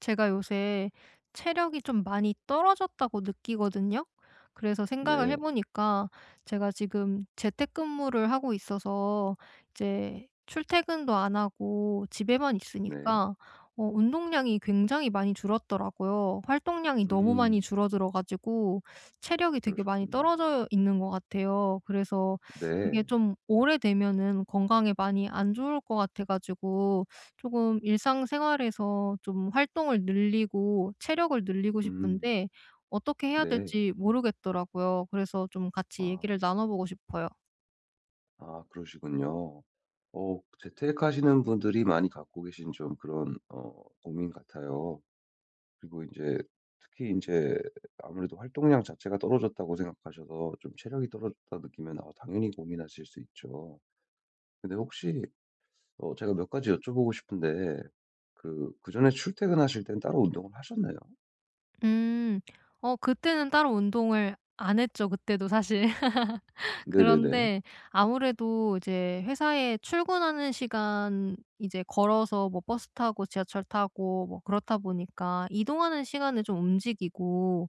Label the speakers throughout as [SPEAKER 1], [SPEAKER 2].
[SPEAKER 1] 제가 요새 체력이 좀 많이 떨어졌다고 느끼거든요. 그래서 생각을
[SPEAKER 2] 네.
[SPEAKER 1] 해보니까 제가 지금 재택근무를 하고 있어서 이제 출퇴근도 안 하고 집에만
[SPEAKER 2] 네.
[SPEAKER 1] 있으니까 운동량이 굉장히 많이 줄었더라고요. 활동량이 너무 많이
[SPEAKER 2] 음.
[SPEAKER 1] 줄어들어가지고 체력이 되게 많이
[SPEAKER 2] 그러셨군요.
[SPEAKER 1] 떨어져 있는 것 같아요. 그래서
[SPEAKER 2] 네.
[SPEAKER 1] 이게 좀 오래되면은 건강에 많이 안 좋을 것 같아가지고 조금 일상생활에서 좀 활동을 늘리고 체력을 늘리고
[SPEAKER 2] 음.
[SPEAKER 1] 싶은데 어떻게 해야
[SPEAKER 2] 네.
[SPEAKER 1] 될지 모르겠더라고요. 그래서 좀 같이
[SPEAKER 2] 아.
[SPEAKER 1] 얘기를 나눠 보고 싶어요.
[SPEAKER 2] 아 그러시군요. 어 재테크하시는 분들이 많이 갖고 계신 좀 그런 어 고민 같아요. 그리고 이제 특히 이제 아무래도 활동량 자체가 떨어졌다고 생각하셔서 좀 체력이 떨어졌다 느끼면 아 당연히 고민하실 수 있죠. 근데 혹시 어 제가 몇 가지 여쭤보고 싶은데 그 그전에 출퇴근하실 땐 따로 운동을 하셨나요?
[SPEAKER 1] 음. 그때는 따로 운동을 안 했죠, 그때도 사실.
[SPEAKER 2] 네네네.
[SPEAKER 1] 그런데 아무래도 이제 회사에 출근하는 시간 이제 걸어서 뭐 버스 타고 지하철 타고 뭐 그렇다 보니까 이동하는 시간에 좀 움직이고,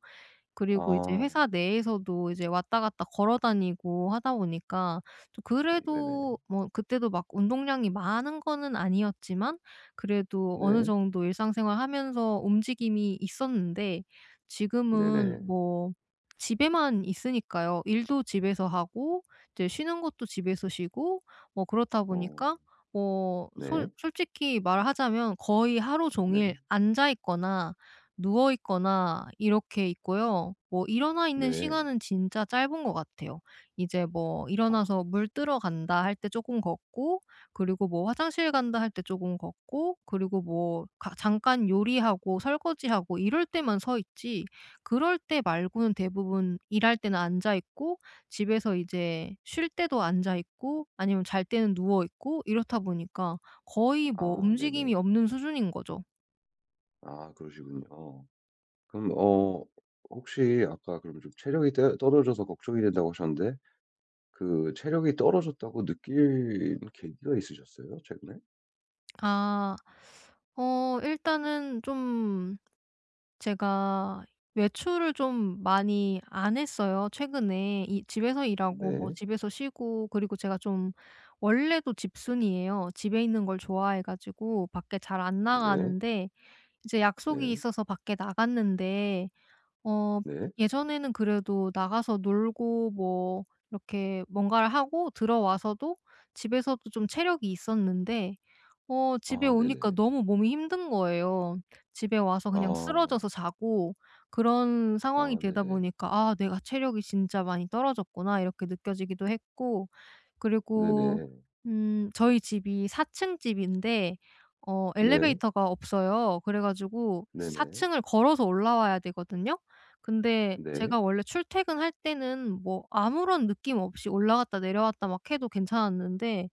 [SPEAKER 1] 그리고 이제
[SPEAKER 2] 아.
[SPEAKER 1] 회사 내에서도 이제 왔다 갔다 걸어 다니고 하다 보니까 좀 그래도
[SPEAKER 2] 네네.
[SPEAKER 1] 뭐 그때도 막 운동량이 많은 거는 아니었지만 그래도 어느
[SPEAKER 2] 네.
[SPEAKER 1] 정도 일상생활하면서 움직임이 있었는데, 지금은
[SPEAKER 2] 네네.
[SPEAKER 1] 뭐 집에만 있으니까요. 일도 집에서 하고 이제 쉬는 것도 집에서 쉬고 뭐 그렇다
[SPEAKER 2] 어.
[SPEAKER 1] 보니까 뭐 솔
[SPEAKER 2] 네.
[SPEAKER 1] 솔직히 말하자면 거의 하루 종일
[SPEAKER 2] 네.
[SPEAKER 1] 앉아 있거나 누워 있거나 이렇게 있고요. 뭐 일어나 있는
[SPEAKER 2] 네.
[SPEAKER 1] 시간은 진짜 짧은 것 같아요. 이제 뭐
[SPEAKER 2] 아.
[SPEAKER 1] 일어나서 '물 뜨러 간다.' 할 때 조금 걷고, 그리고 뭐 '화장실 간다.' 할 때 조금 걷고, 그리고 뭐 가 잠깐 요리하고 설거지하고 이럴 때만 서 있지, 그럴 때 말고는 대부분 일할 때는 앉아 있고, 집에서 이제 쉴 때도 앉아 있고, 아니면 잘 때는 누워 있고, 이렇다 보니까 거의 뭐
[SPEAKER 2] 아 네네.
[SPEAKER 1] 움직임이 없는 수준인 거죠.
[SPEAKER 2] 아 그러시군요. 그럼 어 혹시 아까 그럼 좀 체력이 떨 떨어져서 걱정이 된다고 하셨는데 그 체력이 떨어졌다고 느낀 계기가 있으셨어요? 최근에?
[SPEAKER 1] 아. 일단은 좀 제가 외출을 좀 많이 안 했어요, 최근에. 이 집에서 일하고 뭐
[SPEAKER 2] 네.
[SPEAKER 1] 집에서 쉬고, 그리고 제가 좀 원래도 집순이에요. 집에 있는 걸 좋아해 가지고 밖에 잘 안
[SPEAKER 2] 네.
[SPEAKER 1] 나가는데 이제 약속이
[SPEAKER 2] 네.
[SPEAKER 1] 있어서 밖에 나갔는데, 어
[SPEAKER 2] 네.
[SPEAKER 1] 예전에는 그래도 나가서 놀고 뭐 이렇게 뭔가를 하고 들어와서도 집에서도 좀 체력이 있었는데, 집에
[SPEAKER 2] 아
[SPEAKER 1] 오니까
[SPEAKER 2] 네네.
[SPEAKER 1] 너무 몸이 힘든 거예요. 집에 와서 그냥
[SPEAKER 2] 아.
[SPEAKER 1] 쓰러져서 자고, 그런 상황이
[SPEAKER 2] 아
[SPEAKER 1] 되다
[SPEAKER 2] 네네.
[SPEAKER 1] 보니까 '아, 내가 체력이 진짜 많이 떨어졌구나.' 이렇게 느껴지기도 했고, 그리고
[SPEAKER 2] 네네.
[SPEAKER 1] 저희 집이 4층 집인데
[SPEAKER 2] 네.
[SPEAKER 1] 엘리베이터가 없어요. 그래 가지고 4
[SPEAKER 2] 네네.
[SPEAKER 1] 층을 걸어서 올라와야 되거든요. 근데
[SPEAKER 2] 네.
[SPEAKER 1] 제가 원래 출퇴근할 때는 뭐 아무런 느낌 없이 올라갔다 내려왔다 막 해도 괜찮았는데,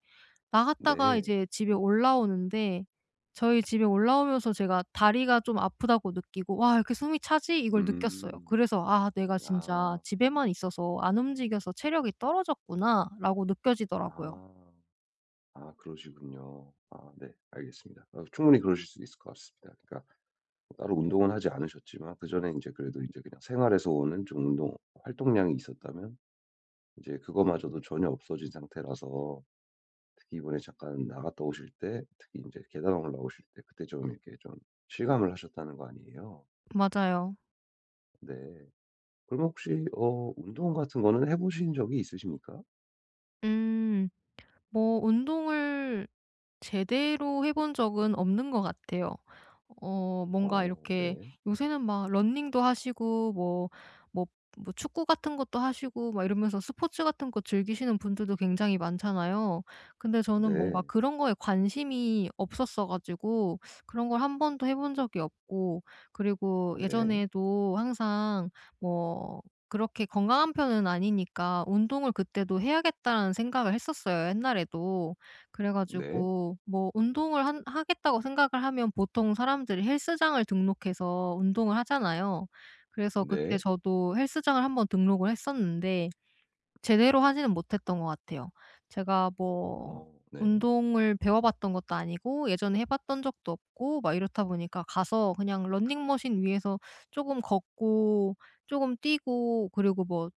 [SPEAKER 1] 나갔다가
[SPEAKER 2] 네.
[SPEAKER 1] 이제 집에 올라오는데, 저희 집에 올라오면서 제가 다리가 좀 아프다고 느끼고 '와, 이렇게 숨이 차지?' 이걸 느꼈어요.
[SPEAKER 2] 음.
[SPEAKER 1] 그래서 '아, 내가 진짜
[SPEAKER 2] 아.
[SPEAKER 1] 집에만 있어서 안 움직여서 체력이 떨어졌구나.'라고 느껴지더라고요.
[SPEAKER 2] 아. 아 그러시군요. 아 네 알겠습니다. 어 충분히 그러실 수 있을 것 같습니다. 그러니까 뭐 따로 운동은 하지 않으셨지만 그전에 이제 그래도 이제 그냥 생활에서 오는 좀 운동 활동량이 있었다면 이제 그거마저도 전혀 없어진 상태라서 특히 이번에 잠깐 나갔다 오실 때 특히 이제 계단 올라오실 때 그때 좀 이렇게 좀 실감을 하셨다는 거 아니에요?
[SPEAKER 1] 맞아요.
[SPEAKER 2] 네. 그럼 혹시 어 운동 같은 거는 해 보신 적이 있으십니까?
[SPEAKER 1] 음. 뭐 운동을 제대로 해본 적은 없는 것 같아요. 뭔가
[SPEAKER 2] 어
[SPEAKER 1] 이렇게
[SPEAKER 2] 네.
[SPEAKER 1] 요새는 막 러닝도 하시고 뭐 뭐 뭐 축구 같은 것도 하시고 막 이러면서 스포츠 같은 거 즐기시는 분들도 굉장히 많잖아요. 근데 저는 뭔가
[SPEAKER 2] 네.
[SPEAKER 1] 그런 거에 관심이 없었어 가지고 그런 걸 한 번도 해본 적이 없고, 그리고
[SPEAKER 2] 네.
[SPEAKER 1] 예전에도 항상 뭐 그렇게 건강한 편은 아니니까 '운동을 그때도 해야겠다.'라는 생각을 했었어요, 옛날에도. 그래
[SPEAKER 2] 네.
[SPEAKER 1] 가지고 뭐 운동을 한 하겠다고 생각을 하면 보통 사람들이 헬스장을 등록해서 운동을 하잖아요. 그래서 그때
[SPEAKER 2] 네.
[SPEAKER 1] 저도 헬스장을 한번 등록을 했었는데 제대로 하지는 못했던 것 같아요. 제가 뭐
[SPEAKER 2] 어 네.
[SPEAKER 1] 운동을 배워 봤던 것도 아니고 예전에 해 봤던 적도 없고 막 이렇다 보니까 가서 그냥 러닝머신 위에서 조금 걷고, 조금 뛰고, 그리고 뭐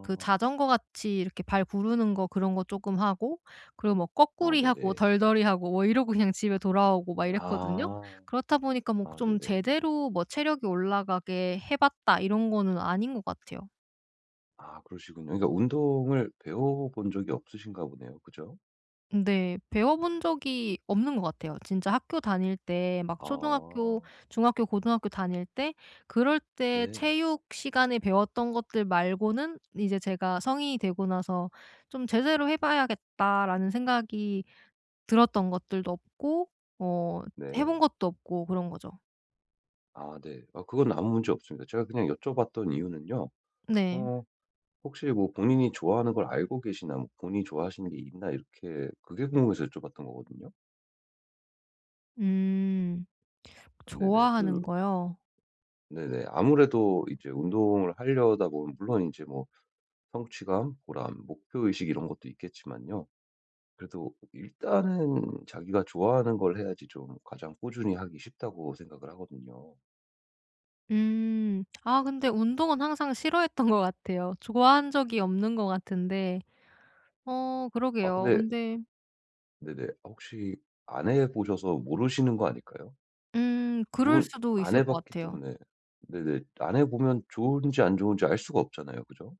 [SPEAKER 1] 그 자전거 같이 이렇게 발 구르는 거, 그런 거 쪼끔 하고, 그리고 뭐
[SPEAKER 2] 아
[SPEAKER 1] 거꾸리 하고
[SPEAKER 2] 네네.
[SPEAKER 1] 덜덜이 하고 뭐 이러고 그냥 집에 돌아오고 막 이랬거든요.
[SPEAKER 2] 아.
[SPEAKER 1] 그렇다 보니까 뭐
[SPEAKER 2] 아
[SPEAKER 1] 좀
[SPEAKER 2] 네네.
[SPEAKER 1] 제대로 뭐 '체력이 올라가게 해 봤다.' 이런 거는 아닌 것 같아요.
[SPEAKER 2] 아 그러시군요. 그러니까 운동을 배워 본 적이 없으신가 보네요. 그죠?
[SPEAKER 1] 네. 배워 본 적이 없는 것 같아요. 진짜 학교 다닐 때 막 초등학교,
[SPEAKER 2] 아.
[SPEAKER 1] 중학교, 고등학교 다닐 때, 그럴 때
[SPEAKER 2] 네.
[SPEAKER 1] 체육 시간에 배웠던 것들 말고는 이제 제가 성인이 되고 나서 '좀 제대로 해 봐야겠다.'라는 생각이 들었던 것들도 없고 어 해
[SPEAKER 2] 네.
[SPEAKER 1] 본 것도 없고 그런 거죠.
[SPEAKER 2] 아 네. 아 그건 아무 문제 없습니다. 제가 그냥 여쭤봤던 이유는요.
[SPEAKER 1] 네.
[SPEAKER 2] 어 혹시 뭐 본인이 좋아하는 걸 알고 계시나 뭐 본인이 좋아하시는 게 있나 이렇게 그게 궁금해서 여쭤봤던 거거든요.
[SPEAKER 1] 음.
[SPEAKER 2] 네네. 그
[SPEAKER 1] 좋아하는 거요?
[SPEAKER 2] 네네. 아무래도 이제 운동을 하려다 보면 물론 이제 뭐 성취감, 보람, 목표의식 이런 것도 있겠지만요. 그래도 일단은 자기가 좋아하는 걸 해야지 좀 가장 꾸준히 하기 쉽다고 생각을 하거든요.
[SPEAKER 1] 아, 근데 운동은 항상 싫어했던 것 같아요. 좋아한 적이 없는 것 같은데
[SPEAKER 2] 아
[SPEAKER 1] 그러게요.
[SPEAKER 2] 근데
[SPEAKER 1] 근데
[SPEAKER 2] 네네. 아 혹시 안 해 보셔서 모르시는 거 아닐까요?
[SPEAKER 1] 그럴
[SPEAKER 2] 좋은
[SPEAKER 1] 수도
[SPEAKER 2] 안
[SPEAKER 1] 있을
[SPEAKER 2] 해
[SPEAKER 1] 것
[SPEAKER 2] 봤기
[SPEAKER 1] 같아요.
[SPEAKER 2] 때문에 네네. 안 해 보면 좋은지 안 좋은지 알 수가 없잖아요. 그죠?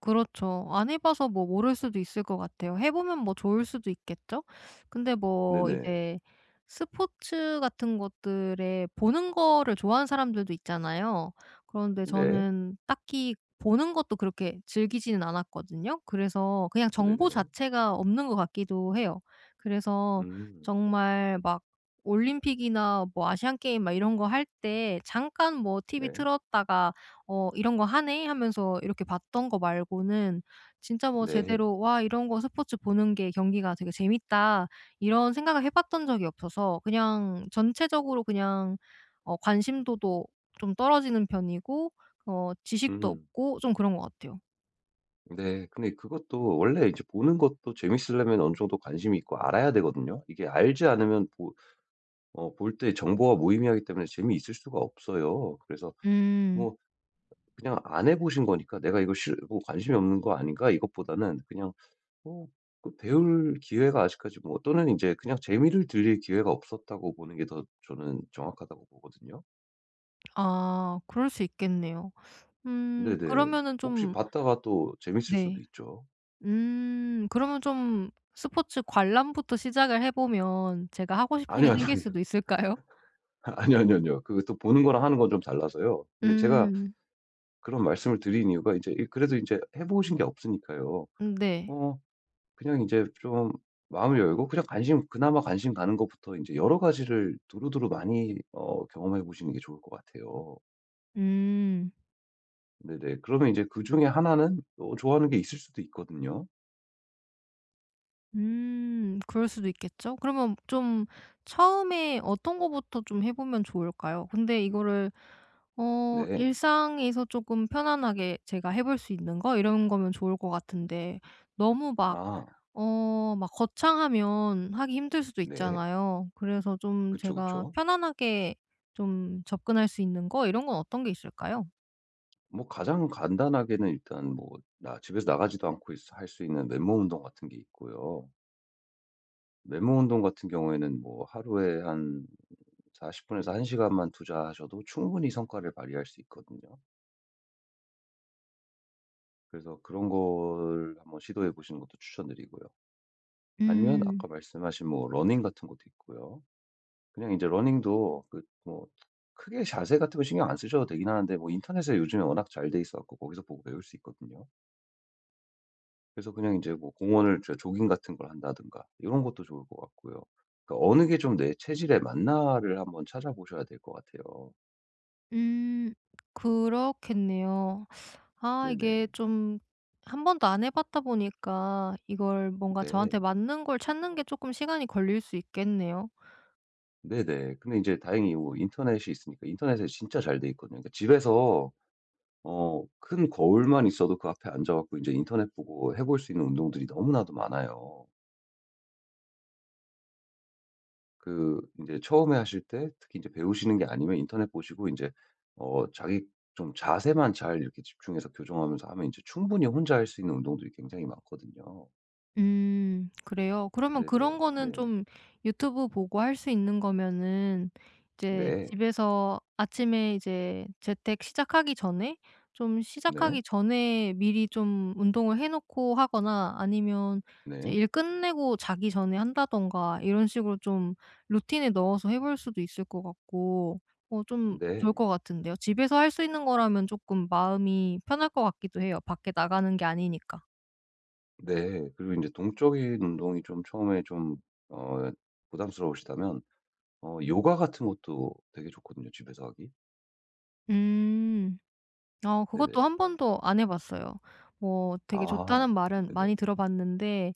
[SPEAKER 1] 그렇죠. 안 해 봐서 뭐 모를 수도 있을 것 같아요. 해 보면 뭐 좋을 수도 있겠죠? 근데 뭐
[SPEAKER 2] 네네.
[SPEAKER 1] 이제 스포츠 같은 것들에 보는 거를 좋아하는 사람들도 있잖아요. 그런데
[SPEAKER 2] 네.
[SPEAKER 1] 저는 딱히 보는 것도 그렇게 즐기지는 않았거든요. 그래서 그냥 정보
[SPEAKER 2] 네네.
[SPEAKER 1] 자체가 없는 것 같기도 해요. 그래서
[SPEAKER 2] 음.
[SPEAKER 1] 정말 막 올림픽이나 뭐 아시안게임 막 이런 거 할 때 잠깐 뭐 TV
[SPEAKER 2] 네.
[SPEAKER 1] 틀었다가 '이런 거 하네.' 하면서 이렇게 봤던 거 말고는 진짜 뭐
[SPEAKER 2] 네.
[SPEAKER 1] 제대로 '와, 이런 거 스포츠 보는 게, 경기가 되게 재밌다.' 이런 생각을 해 봤던 적이 없어서 그냥 전체적으로 그냥 관심도도 좀 떨어지는 편이고 지식도
[SPEAKER 2] 음.
[SPEAKER 1] 없고 좀 그런 것 같아요.
[SPEAKER 2] 네. 근데 그것도 원래 이제 보는 것도 재밌으려면 어느 정도 관심이 있고 알아야 되거든요. 이게 알지 않으면 보 어 볼 때 정보가 무의미하기 때문에 재미있을 수가 없어요. 그래서
[SPEAKER 1] 음.
[SPEAKER 2] 뭐 그냥 안 해 보신 거니까 '내가 이거 싫 뭐 관심이 없는 거 아닌가?' 이것보다는 그냥 어 그 배울 기회가 아직까지 뭐 또는 이제 그냥 재미를 들릴 기회가 없었다고 보는 게 더 저는 정확하다고 보거든요.
[SPEAKER 1] 아, 그럴 수 있겠네요.
[SPEAKER 2] 네네.
[SPEAKER 1] 그러면은
[SPEAKER 2] 혹시
[SPEAKER 1] 좀,
[SPEAKER 2] 봤다가 또 재밌을 수도
[SPEAKER 1] 네.
[SPEAKER 2] 있죠.
[SPEAKER 1] 그러면 좀 스포츠 관람부터 시작을 해 보면 제가 하고 싶은 게
[SPEAKER 2] 아니요, 아니요,
[SPEAKER 1] 생길
[SPEAKER 2] 아니요.
[SPEAKER 1] 수도 있을까요?
[SPEAKER 2] 아니요, 아니요, 아니요. 그또 보는 거랑 하는 건 좀 달라서요. 근데 제가
[SPEAKER 1] 음.
[SPEAKER 2] 그런 말씀을 드린 이유가 이제 이 그래도 이제 해 보신 게 없으니까요.
[SPEAKER 1] 네.
[SPEAKER 2] 어 그냥 이제 좀 마음을 열고 그냥 관심 그나마 관심 가는 것부터 이제 여러 가지를 두루두루 많이 어 경험해 보시는 게 좋을 것 같아요.
[SPEAKER 1] 음.
[SPEAKER 2] 네네. 그러면 이제 그중에 하나는 또 좋아하는 게 있을 수도 있거든요.
[SPEAKER 1] 음. 그럴 수도 있겠죠. 그러면 좀 처음에 어떤 거부터 좀 해 보면 좋을까요? 근데 이거를
[SPEAKER 2] 네.
[SPEAKER 1] 일상에서 쪼끔 편안하게 제가 해볼 수 있는 거, 이런 거면 좋을 것 같은데, 너무 막
[SPEAKER 2] 아
[SPEAKER 1] 막 거창하면 하기 힘들 수도
[SPEAKER 2] 네.
[SPEAKER 1] 있잖아요. 그래서 좀
[SPEAKER 2] 그쵸,
[SPEAKER 1] 제가
[SPEAKER 2] 그쵸.
[SPEAKER 1] 편안하게 좀 접근할 수 있는 거, 이런 건 어떤 게 있을까요?
[SPEAKER 2] 뭐 가장 간단하게는 일단 뭐 나 집에서 나가지도 않고 할 수 있는 맨몸 운동 같은 게 있고요. 맨몸 운동 같은 경우에는 뭐 하루에 한 40분 분에서 1시간 시간만 투자하셔도 충분히 성과를 발휘할 수 있거든요. 그래서 그런 걸 한번 시도해 보시는 것도 추천드리고요. 아니면
[SPEAKER 1] 음.
[SPEAKER 2] 아까 말씀하신 뭐 러닝 같은 것도 있고요. 그냥 이제 러닝도 그 뭐 크게 자세 같은 거 신경 안 쓰셔도 되긴 하는데 뭐 인터넷에 요즘에 워낙 잘 돼 있어 갖고 거기서 보고 배울 수 있거든요. 그래서 그냥 이제 뭐 공원을 저 조깅 같은 걸 한다든가 이런 것도 좋을 것 같고요. 그러니까 어느 게 좀 내 체질에 맞나를 한번 찾아보셔야 될 것 같아요.
[SPEAKER 1] 음. 그렇겠네요. 아,
[SPEAKER 2] 네네.
[SPEAKER 1] 이게 좀 한 번도 안 해 봤다 보니까 이걸 뭔가
[SPEAKER 2] 네.
[SPEAKER 1] 저한테 맞는 걸 찾는 게 조금 시간이 걸릴 수 있겠네요.
[SPEAKER 2] 네네. 근데 이제 다행히 뭐 인터넷이 있으니까 인터넷에 진짜 잘 돼 있거든요. 그러니까 집에서 어 큰 거울만 있어도 그 앞에 앉아 갖고 인제 인터넷 보고 해볼 수 있는 운동들이 너무나도 많아요. 그 이제 처음에 하실 때 특히 이제 배우시는 게 아니면 인터넷 보시고 이제 어 자기 좀 자세만 잘 이렇게 집중해서 교정하면서 하면 이제 충분히 혼자 할 수 있는 운동들이 굉장히 많거든요.
[SPEAKER 1] 그래요? 그러면
[SPEAKER 2] 네네.
[SPEAKER 1] 그런 거는
[SPEAKER 2] 네.
[SPEAKER 1] 좀 유튜브 보고 할 수 있는 거면은 이제
[SPEAKER 2] 네.
[SPEAKER 1] 집에서 아침에 이제 재택 시작하기 전에 좀,
[SPEAKER 2] 네.
[SPEAKER 1] 시작하기 전에 미리 좀 운동을 해 놓고 하거나, 아니면 이제
[SPEAKER 2] 네.
[SPEAKER 1] 일 끝내고 자기 전에 한다든가 이런 식으로 좀 루틴에 넣어서 해볼 수도 있을 것 같고 좀
[SPEAKER 2] 네.
[SPEAKER 1] 좋을 것 같은데요. 집에서 할 수 있는 거라면 조금 마음이 편할 것 같기도 해요, 밖에 나가는 게 아니니까.
[SPEAKER 2] 네. 그리고 이제 동적인 운동이 좀 처음에 좀 어 부담스러우시다면 어 요가 같은 것도 되게 좋거든요 집에서 하기.
[SPEAKER 1] 음.
[SPEAKER 2] 네네.
[SPEAKER 1] 그것도 한 번도 안 해 봤어요. 뭐 되게
[SPEAKER 2] 아
[SPEAKER 1] 좋다는 말은
[SPEAKER 2] 네네.
[SPEAKER 1] 많이 들어 봤는데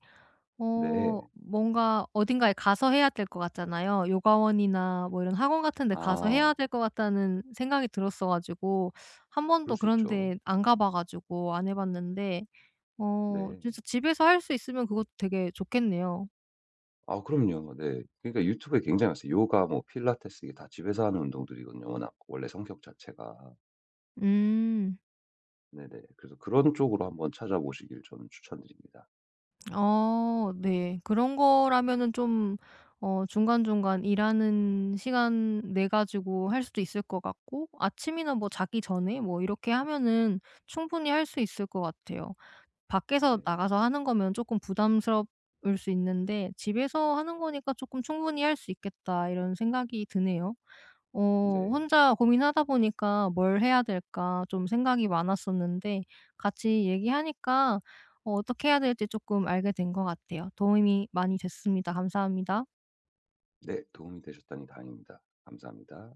[SPEAKER 2] 네.
[SPEAKER 1] 뭔가 어딘가에 가서 해야 될 것 같잖아요. 요가원이나 뭐 이런 학원 같은 데 가서 해야
[SPEAKER 2] 아
[SPEAKER 1] 될 것 같다는 생각이 들었어 가지고 한
[SPEAKER 2] 그럴
[SPEAKER 1] 번도
[SPEAKER 2] 수
[SPEAKER 1] 그런
[SPEAKER 2] 있죠.
[SPEAKER 1] 데 안 가봐 가지고 안 해 봤는데
[SPEAKER 2] 네.
[SPEAKER 1] 진짜 집에서 할 수 있으면 그것도 되게 좋겠네요.
[SPEAKER 2] 아 그럼요. 네. 그러니까 유튜브에 굉장히 많어요 요가 뭐 필라테스 이게 다 집에서 하는 운동들이거든요 워낙 원래 성격 자체가.
[SPEAKER 1] 음.
[SPEAKER 2] 네네. 그래서 그런 쪽으로 한번 찾아보시길 저는 추천드립니다.
[SPEAKER 1] 어 네. 그런 거라면은 좀 중간중간 일하는 시간 내 가지고 할 수도 있을 것 같고, 아침이나 뭐 자기 전에 뭐 이렇게 하면은 충분히 할 수 있을 것 같아요. 밖에서
[SPEAKER 2] 네.
[SPEAKER 1] 나가서 하는 거면 조금 부담스러울 수 있는데 집에서 하는 거니까 조금 '충분히 할 수 있겠다.' 이런 생각이 드네요.
[SPEAKER 2] 네.
[SPEAKER 1] 혼자 고민하다 보니까 '뭘 해야 될까.' 좀 생각이 많았었는데, 같이 얘기하니까 어떻게 해야 될지 조금 알게 된 것 같아요. 도움이 많이 됐습니다. 감사합니다.
[SPEAKER 2] 네 도움이 되셨다니 다행입니다. 감사합니다.